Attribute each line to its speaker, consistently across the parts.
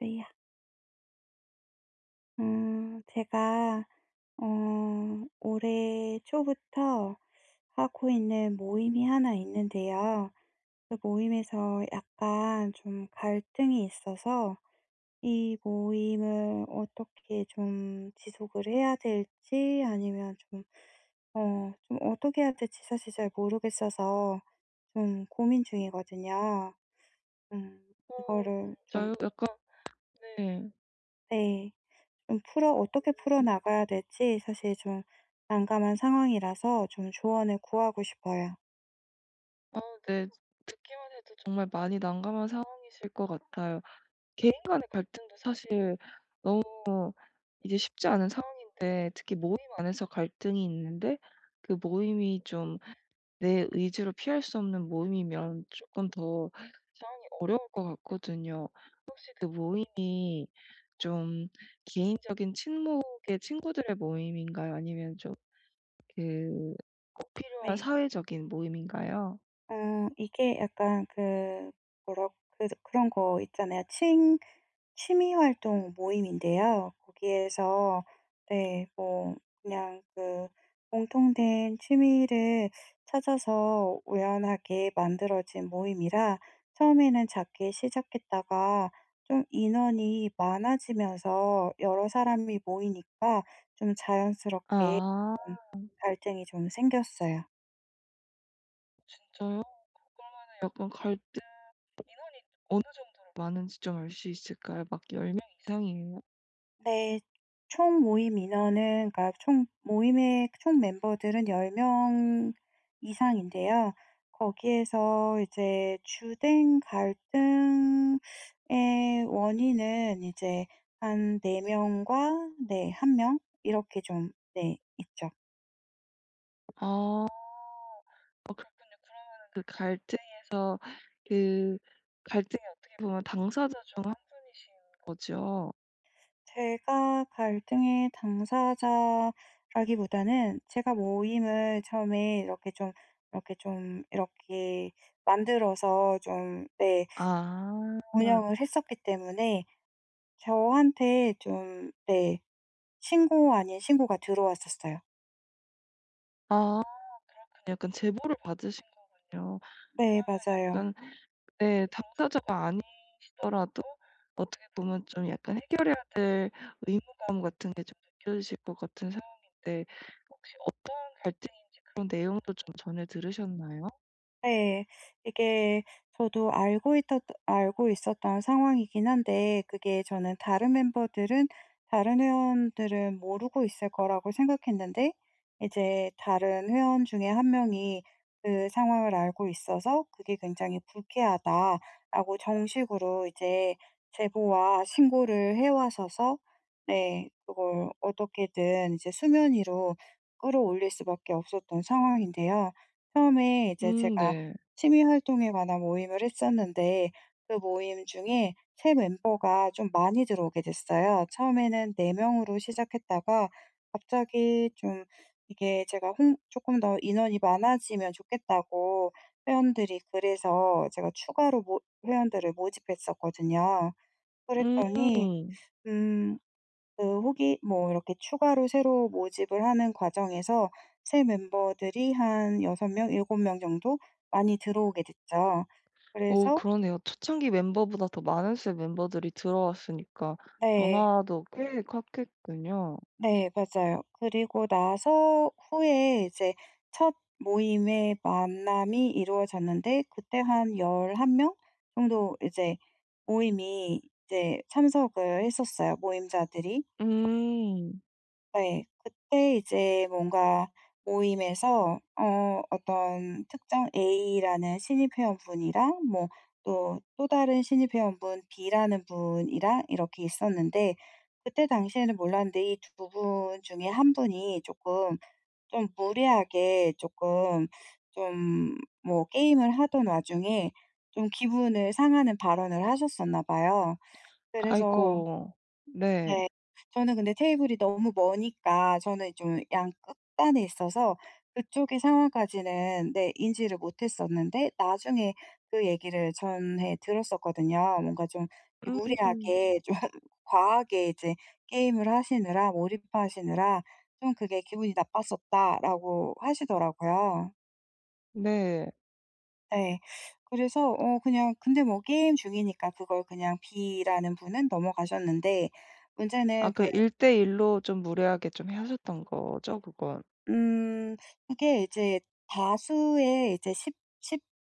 Speaker 1: 네. 제가 올해 초부터 하고 있는 모임이 하나 있는데요. 그 모임에서 약간 좀 갈등이 있어서 이 모임을 어떻게 좀 지속을 해야 될지 아니면 좀 좀 어떻게 해야 될지 사실 잘 모르겠어서 좀 고민 중이거든요. 음 이거를 좀,
Speaker 2: 네.
Speaker 1: 네, 좀 풀어 어떻게 풀어나가야 될지 사실 좀 난감한 상황이라서 좀 조언을 구하고 싶어요.
Speaker 2: 아 네. 정말 많이 난감한 상황이실 것 같아요. 개인 간의 갈등도 사실 이제 쉽지 않은 상황인데 특히 모임 안에서 갈등이 있는데 그 모임이 좀 내 의지로 피할 수 없는 모임이면 조금 더 상황이 어려울 것 같거든요. 그 모임이 좀 개인적인 친목의 친구들의 모임인가요? 아니면 좀 그 꼭 필요한
Speaker 1: 네.
Speaker 2: 사회적인 모임인가요?
Speaker 1: 이게 약간 그 뭐라 그 그런 거 있잖아요. 칭 취미 활동 모임인데요. 거기에서 네 뭐 그냥 그 공통된 취미를 찾아서 우연하게 만들어진 모임이라 처음에는 작게 시작했다가 좀 인원이 많아지면서 여러 사람이 모이니까 좀 자연스럽게
Speaker 2: 아
Speaker 1: 좀 갈등이 좀 생겼어요.
Speaker 2: 진짜요? 그러면 약간 갈 어느 정도로 많은지 좀 알 수 있을까요? 막 10명 이상이에요?
Speaker 1: 네. 총 모임 인원은, 그러니까 총 모임의 총 멤버들은 10명 이상인데요. 거기에서 이제 주된 갈등의 원인은 이제 한 4명 명과, 네, 1명 명 이렇게 좀, 네, 있죠.
Speaker 2: 아 그 갈등 그 갈등이 어떻게 보면 당사자 중 한 분이신 거죠?
Speaker 1: 제가 갈등의 당사자라기보다는 제가 모임을 처음에 이렇게 만들어서 좀네
Speaker 2: 아.
Speaker 1: 운영을 했었기 때문에 저한테 좀, 네, 신고 아닌 신고가 들어왔었어요.
Speaker 2: 아 그렇군요. 약간 제보를 받으신 거군요.
Speaker 1: 네, 맞아요.
Speaker 2: 약간 네 당사자가 아니더라도 어떻게 보면 좀 약간 해결해야 될 의무감 같은 게 좀 느껴지실 것 같은 상태 어떤 갈등인지 그런 내용도 좀 전해 들으셨나요?
Speaker 1: 네. 이게 저도 알고 있었던 상황이긴 한데, 그게 저는 다른 회원들은 모르고 있을 거라고 생각했는데 이제 다른 회원 중에 한 명이 그 상황을 알고 있어서 "그게 굉장히 불쾌하다."라고 정식으로 이제 제보와 신고를 해와서서, 네, 그걸 어떻게든 이제 수면 위로 끌어올릴 수밖에 없었던 상황인데요. 처음에 이제 제가
Speaker 2: 네.
Speaker 1: 취미 활동에 관한 모임을 했었는데 그 모임 중에 새 멤버가 좀 많이 들어오게 됐어요. 처음에는 4명 명으로 시작했다가 갑자기 좀, 이게 제가 홍금더 인원이 많아지면 좋겠다고 회원들이, 그래서 제가 추가로 모 회원들을 모집했었거든요.
Speaker 2: 음.
Speaker 1: 그랬더니 음 그혹뭐 이렇게 추가로 새로 모집을 하는 과정에서 새 멤버들이 한 6명 명, 7명 정도 많이 들어오게 됐죠.
Speaker 2: 오
Speaker 1: 그래서,
Speaker 2: 그러네요. 초창기 멤버보다 더 많은 수의 멤버들이 들어왔으니까
Speaker 1: 네.
Speaker 2: 변화도 꽤 컸겠군요.
Speaker 1: 네, 맞아요. 그리고 나서 후에 이제 첫 모임의 만남이 이루어졌는데 그때 한 11명 정도 이제 모임이 이제 참석을 했었어요, 모임자들이.
Speaker 2: 음.
Speaker 1: 네. 그때 이제 뭔가 모임에서 어떤 특정 A라는 신입 회원분이랑 뭐 또 다른 신입 회원분 B라는 분이랑 이렇게 있었는데, 그때 당시에는 몰랐는데 이 두 분 중에 한 분이 조금 좀 무례하게, 조금 좀 뭐 게임을 하던 와중에 좀 기분을 상하는 발언을 하셨었나 봐요. 그래서,
Speaker 2: 아이고. 네.
Speaker 1: 네. 저는 근데 테이블이 너무 머니까, 저는 좀 양 끝단에 있어서 그쪽의 상황까지는 네 인지를 못했었는데, 나중에 그 얘기를 전해 들었었거든요. 뭔가 좀
Speaker 2: 음.
Speaker 1: 무리하게 좀 과하게 이제 게임을 하시느라, 몰입하시느라 좀 그게 기분이 나빴었다라고 하시더라고요.
Speaker 2: 네.
Speaker 1: 네. 그래서 그냥, 근데 뭐 게임 중이니까 그걸 그냥 B라는 분은 넘어가셨는데,
Speaker 2: 아
Speaker 1: 문제는
Speaker 2: 그 1대1 로 좀 무례하게 좀 하셨던 거죠 그건?
Speaker 1: 음. 그게 이제 다수의 이제 10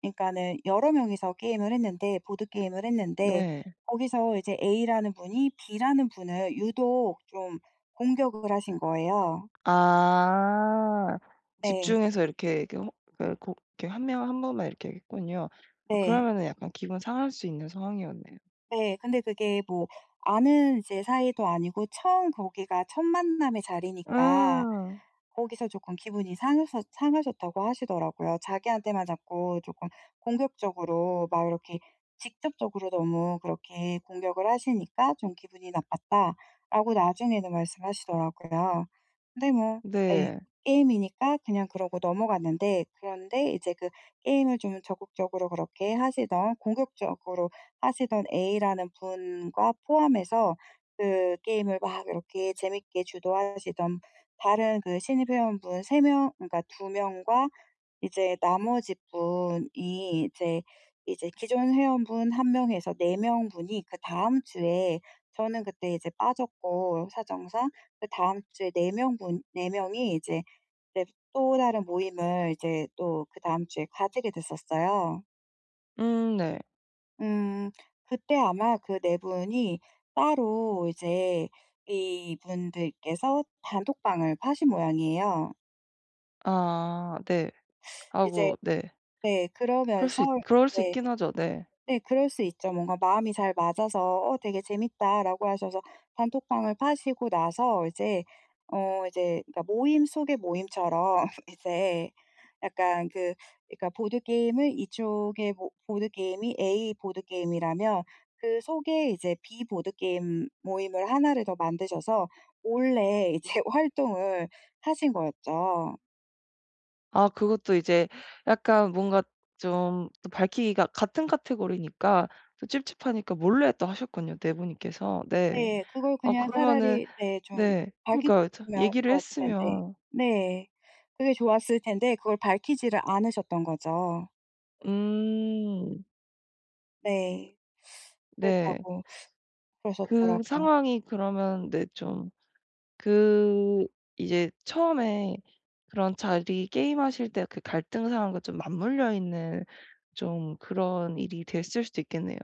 Speaker 1: 그러니까는 여러 명이서 게임을 했는데, 보드게임을 했는데
Speaker 2: 네.
Speaker 1: 거기서 이제 A라는 분이 B라는 분을 유독 좀 공격을 하신 거예요.
Speaker 2: 아.
Speaker 1: 네.
Speaker 2: 집중해서 이렇게 이렇게 호 그 고 이렇게 한 명 한 번만 이렇게 했군요. 아
Speaker 1: 네.
Speaker 2: 그러면은 약간 기분 상할 수 있는 상황이었네요.
Speaker 1: 네. 근데 그게 뭐 아는 이제 사이도 아니고, 처음 거기가 첫 만남의 자리니까
Speaker 2: 음.
Speaker 1: 거기서 조금 기분이 상해서 상하셨다고 하시더라고요. 자기한테만 자꾸 조금 공격적으로, 막 이렇게 직접적으로 너무 그렇게 공격을 하시니까 좀 기분이 나빴다라고 나중에는 말씀하시더라고요. 근데 뭐, 네.
Speaker 2: 네.
Speaker 1: 게임이니까 그냥 그러고 넘어갔는데, 그런데 이제 그 게임을 좀 적극적으로 그렇게 하시던, 공격적으로 하시던 A라는 분과 포함해서 그 게임을 막 이렇게 재밌게 주도하시던 다른 그 신입 회원분 3명, 그러니까 2명 명과 이제 나머지 분이 이제 기존 회원분 1명 명에서 4명 분이 그다음 주에, 저는 그때 이제 빠졌고 사정상, 그다음 주에 4 명분 네 명이 이제 또 다른 모임을 이제 또 그다음 주에 가지게 됐었어요.
Speaker 2: 네.
Speaker 1: 음. 그때 아마 그 네 분이 따로 이제 이분들께서 단톡방을 파신 모양이에요.
Speaker 2: 아 네.
Speaker 1: 이제,
Speaker 2: 하고 네.
Speaker 1: 네.
Speaker 2: 그럴
Speaker 1: 그러면서,
Speaker 2: 수 있 그럴 수
Speaker 1: 네.
Speaker 2: 있긴 하죠. 네.
Speaker 1: 네, 그럴 수 있죠. 뭔가 마음이 잘 맞아서 "어 되게 재밌다."라고 하셔서 단톡방을 파시고 나서 이제 이제 그러니까 모임 속의 모임처럼 이제 약간 그, 그러니까 보드게임을 이쪽에 보드게임이 A 보드게임이라면 그 속에 이제 B 보드게임 모임을 하나를 더 만드셔서 몰래 이제 활동을 하신 거였죠.
Speaker 2: 아 그것도 이제 약간 뭔가 좀 또 밝히기가 같은 카테고리니까 또 찝찝하니까 몰래 또 하셨군요, 네 분이께서. 네.
Speaker 1: 네. 그걸
Speaker 2: 아
Speaker 1: 그냥
Speaker 2: 그러면은
Speaker 1: 차라리, 네, 좀
Speaker 2: 네. 그러니까요. 참
Speaker 1: 밝히셨으면
Speaker 2: 얘기를
Speaker 1: 좋았을 텐데.
Speaker 2: 했으면
Speaker 1: 네. 그게 좋았을 텐데 그걸 밝히지를 않으셨던 거죠.
Speaker 2: 음
Speaker 1: 네.
Speaker 2: 네.
Speaker 1: 그랬다고
Speaker 2: 그
Speaker 1: 그러셨더라고요.
Speaker 2: 상황이 그러면 네 좀 그 이제 처음에 그런 자리 게임하실 때 그 갈등 상황과 좀 맞물려 있는 좀 그런 일이 됐을 수도 있겠네요.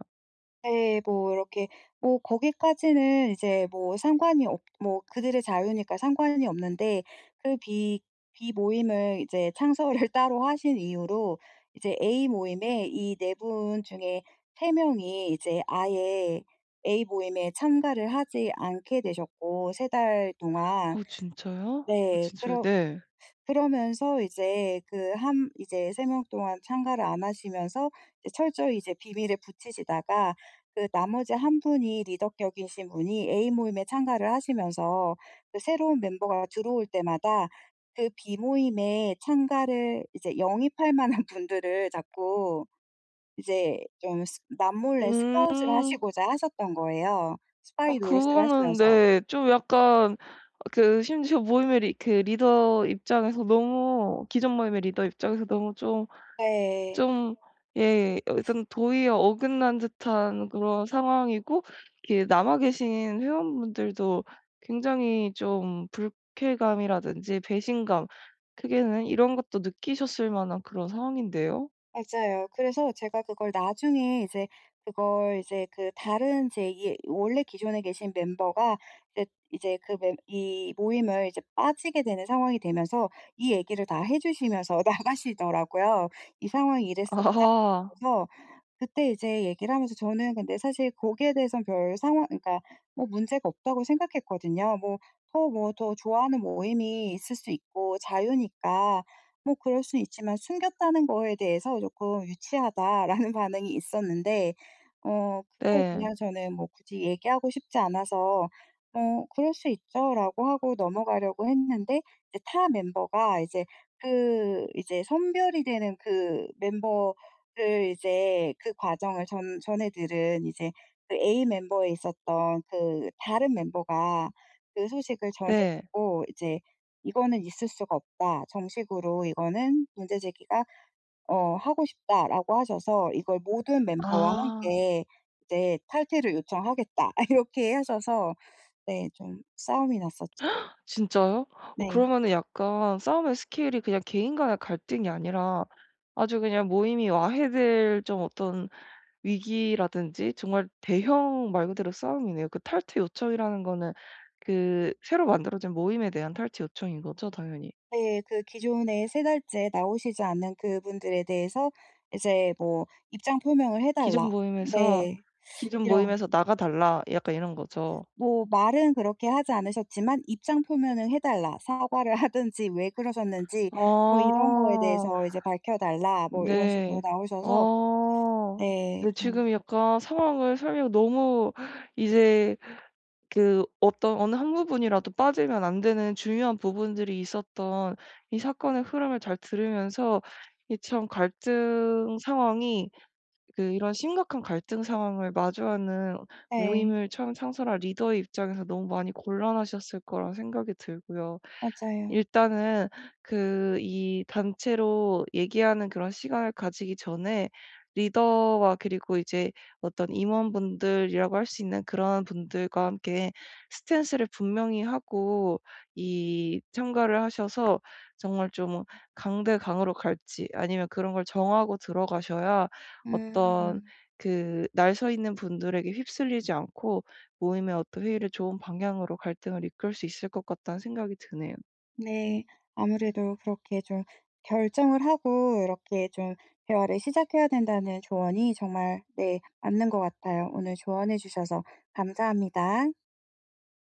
Speaker 1: 네. 뭐 이렇게, 뭐 거기까지는 이제 뭐 상관이 없 뭐 그들의 자유니까 상관이 없는데, 그 비 비모임을 이제 창설을 따로 하신 이유로 이제 A 모임에 이 네 분 중에 세 명이 이제 아예 A 모임에 참가를 하지 않게 되셨고, 3달 동안.
Speaker 2: 어 진짜요? 어
Speaker 1: 네.
Speaker 2: 진짜요? 네.
Speaker 1: 그러면서 이제 그 한 이제 3명 동안 참가를 안 하시면서 이제 철저히 이제 비밀에 붙이시다가 그 나머지 한 분이, 리더 격이신 분이 A 모임에 참가를 하시면서 그 새로운 멤버가 들어올 때마다 그 B 모임에 참가를 이제 영입할 만한 분들을 자꾸 이제 좀 스 남몰래 스카웃을
Speaker 2: 음.
Speaker 1: 하시고자 하셨던 거예요,
Speaker 2: 아
Speaker 1: 스파이 노릇을
Speaker 2: 그거는
Speaker 1: 하시면서.
Speaker 2: 네 좀 약간 그 심지어 모임의 리 그 리더 입장에서 너무 기존 모임의 리더 입장에서 너무 좀
Speaker 1: 네,
Speaker 2: 좀 예 일단 도의에 어긋난 듯한 그런 상황이고 이렇게 남아 계신 회원분들도 굉장히 좀 불쾌감이라든지 배신감 크게는 이런 것도 느끼셨을 만한 그런 상황인데요.
Speaker 1: 맞아요. 그래서 제가 그걸 나중에 이제, 그걸 이제 그 다른 제 이 원래 기존에 계신 멤버가 이제 이제 그 멤 이 모임을 이제 빠지게 되는 상황이 되면서 이 얘기를 다 해 주시면서 나가시더라고요. "이 상황이 이랬었다."
Speaker 2: 아.
Speaker 1: 그래서 그때 이제 얘기를 하면서 저는 근데 사실 거기에 대해서는 별 상황, 그러니까 뭐 문제가 없다고 생각했거든요. 뭐 더 좋아하는 모임이 있을 수 있고 자유니까 뭐 그럴 수는 있지만 "숨겼다는 거에 대해서 조금 유치하다."라는 반응이 있었는데, 그걸
Speaker 2: 네.
Speaker 1: 그냥 저는 뭐 굳이 얘기하고 싶지 않아서 "어 그럴 수 있죠."라고 하고 넘어가려고 했는데, 이제 타 멤버가 이제 그 이제 선별이 되는 그 멤버, 그 이제 그 과정을 전 전해 들은 이제 그 A 멤버에 있었던 그 다른 멤버가 그 소식을 전해
Speaker 2: 네.
Speaker 1: 듣고 이제 "이거는 있을 수가 없다. 정식으로 이거는 문제 제기가 어 하고 싶다."라고 하셔서 이걸 모든 멤버와
Speaker 2: 아
Speaker 1: 함께 이제 "탈퇴를 요청하겠다." 이렇게 하셔서 네, 좀 싸움이 났었죠.
Speaker 2: 진짜요? 어
Speaker 1: 네.
Speaker 2: 그러면은 약간 싸움의 스케일이 그냥 개인 간의 갈등이 아니라 아주 그냥 모임이 와해될 좀 어떤 위기라든지 정말 대형 말 그대로 싸움이네요. 그 탈퇴 요청이라는 거는 그 새로 만들어진 모임에 대한 탈퇴 요청인 거죠 당연히.
Speaker 1: 네. 그 기존에 3달째 나오시지 않는 그분들에 대해서 이제 뭐 "입장 표명을 해
Speaker 2: 기존
Speaker 1: 달라."
Speaker 2: 모임에서
Speaker 1: 네.
Speaker 2: "기존
Speaker 1: 이런,
Speaker 2: 모임에서 나가 달라." 약간 이런 거죠.
Speaker 1: 뭐 말은 그렇게 하지 않으셨지만 "입장 표명을 해 달라. 사과를 하든지 왜 그러셨는지 뭐 이런 거에
Speaker 2: 아.
Speaker 1: 대해서 이제 밝혀 달라." 뭐 이런 식으로
Speaker 2: 네.
Speaker 1: 나오셔서
Speaker 2: 어.
Speaker 1: 네,
Speaker 2: 네
Speaker 1: 좀.
Speaker 2: 지금 약간 상황을 설명 너무 이제 그 어떤 어느 한 부분이라도 빠지면 안 되는 중요한 부분들이 있었던 이 사건의 흐름을 잘 들으면서 이 참 갈등 상황이 그 이런 심각한 갈등 상황을 마주하는
Speaker 1: 네,
Speaker 2: 모임을 처음 창설한 리더의 입장에서 너무 많이 곤란하셨을 거란 생각이 들고요.
Speaker 1: 맞아요.
Speaker 2: 일단은 그 이 단체로 얘기하는 그런 시간을 가지기 전에 리더와 그리고 이제 어떤 임원분들이라고 할 수 있는 그런 분들과 함께 스탠스를 분명히 하고 이 참가를 하셔서 정말 좀 강대강으로 갈지 아니면 그런 걸 정하고 들어가셔야 어떤
Speaker 1: 음.
Speaker 2: 그 날 서 있는 분들에게 휩쓸리지 않고 모임의 어떤 회의를 좋은 방향으로 갈등을 이끌 수 있을 것 같다는 생각이 드네요.
Speaker 1: 네. 아무래도 그렇게 좀 결정을 하고 이렇게 좀 대화를 시작해야 된다는 조언이 정말 네 맞는 것 같아요. 오늘 조언해 주셔서 감사합니다.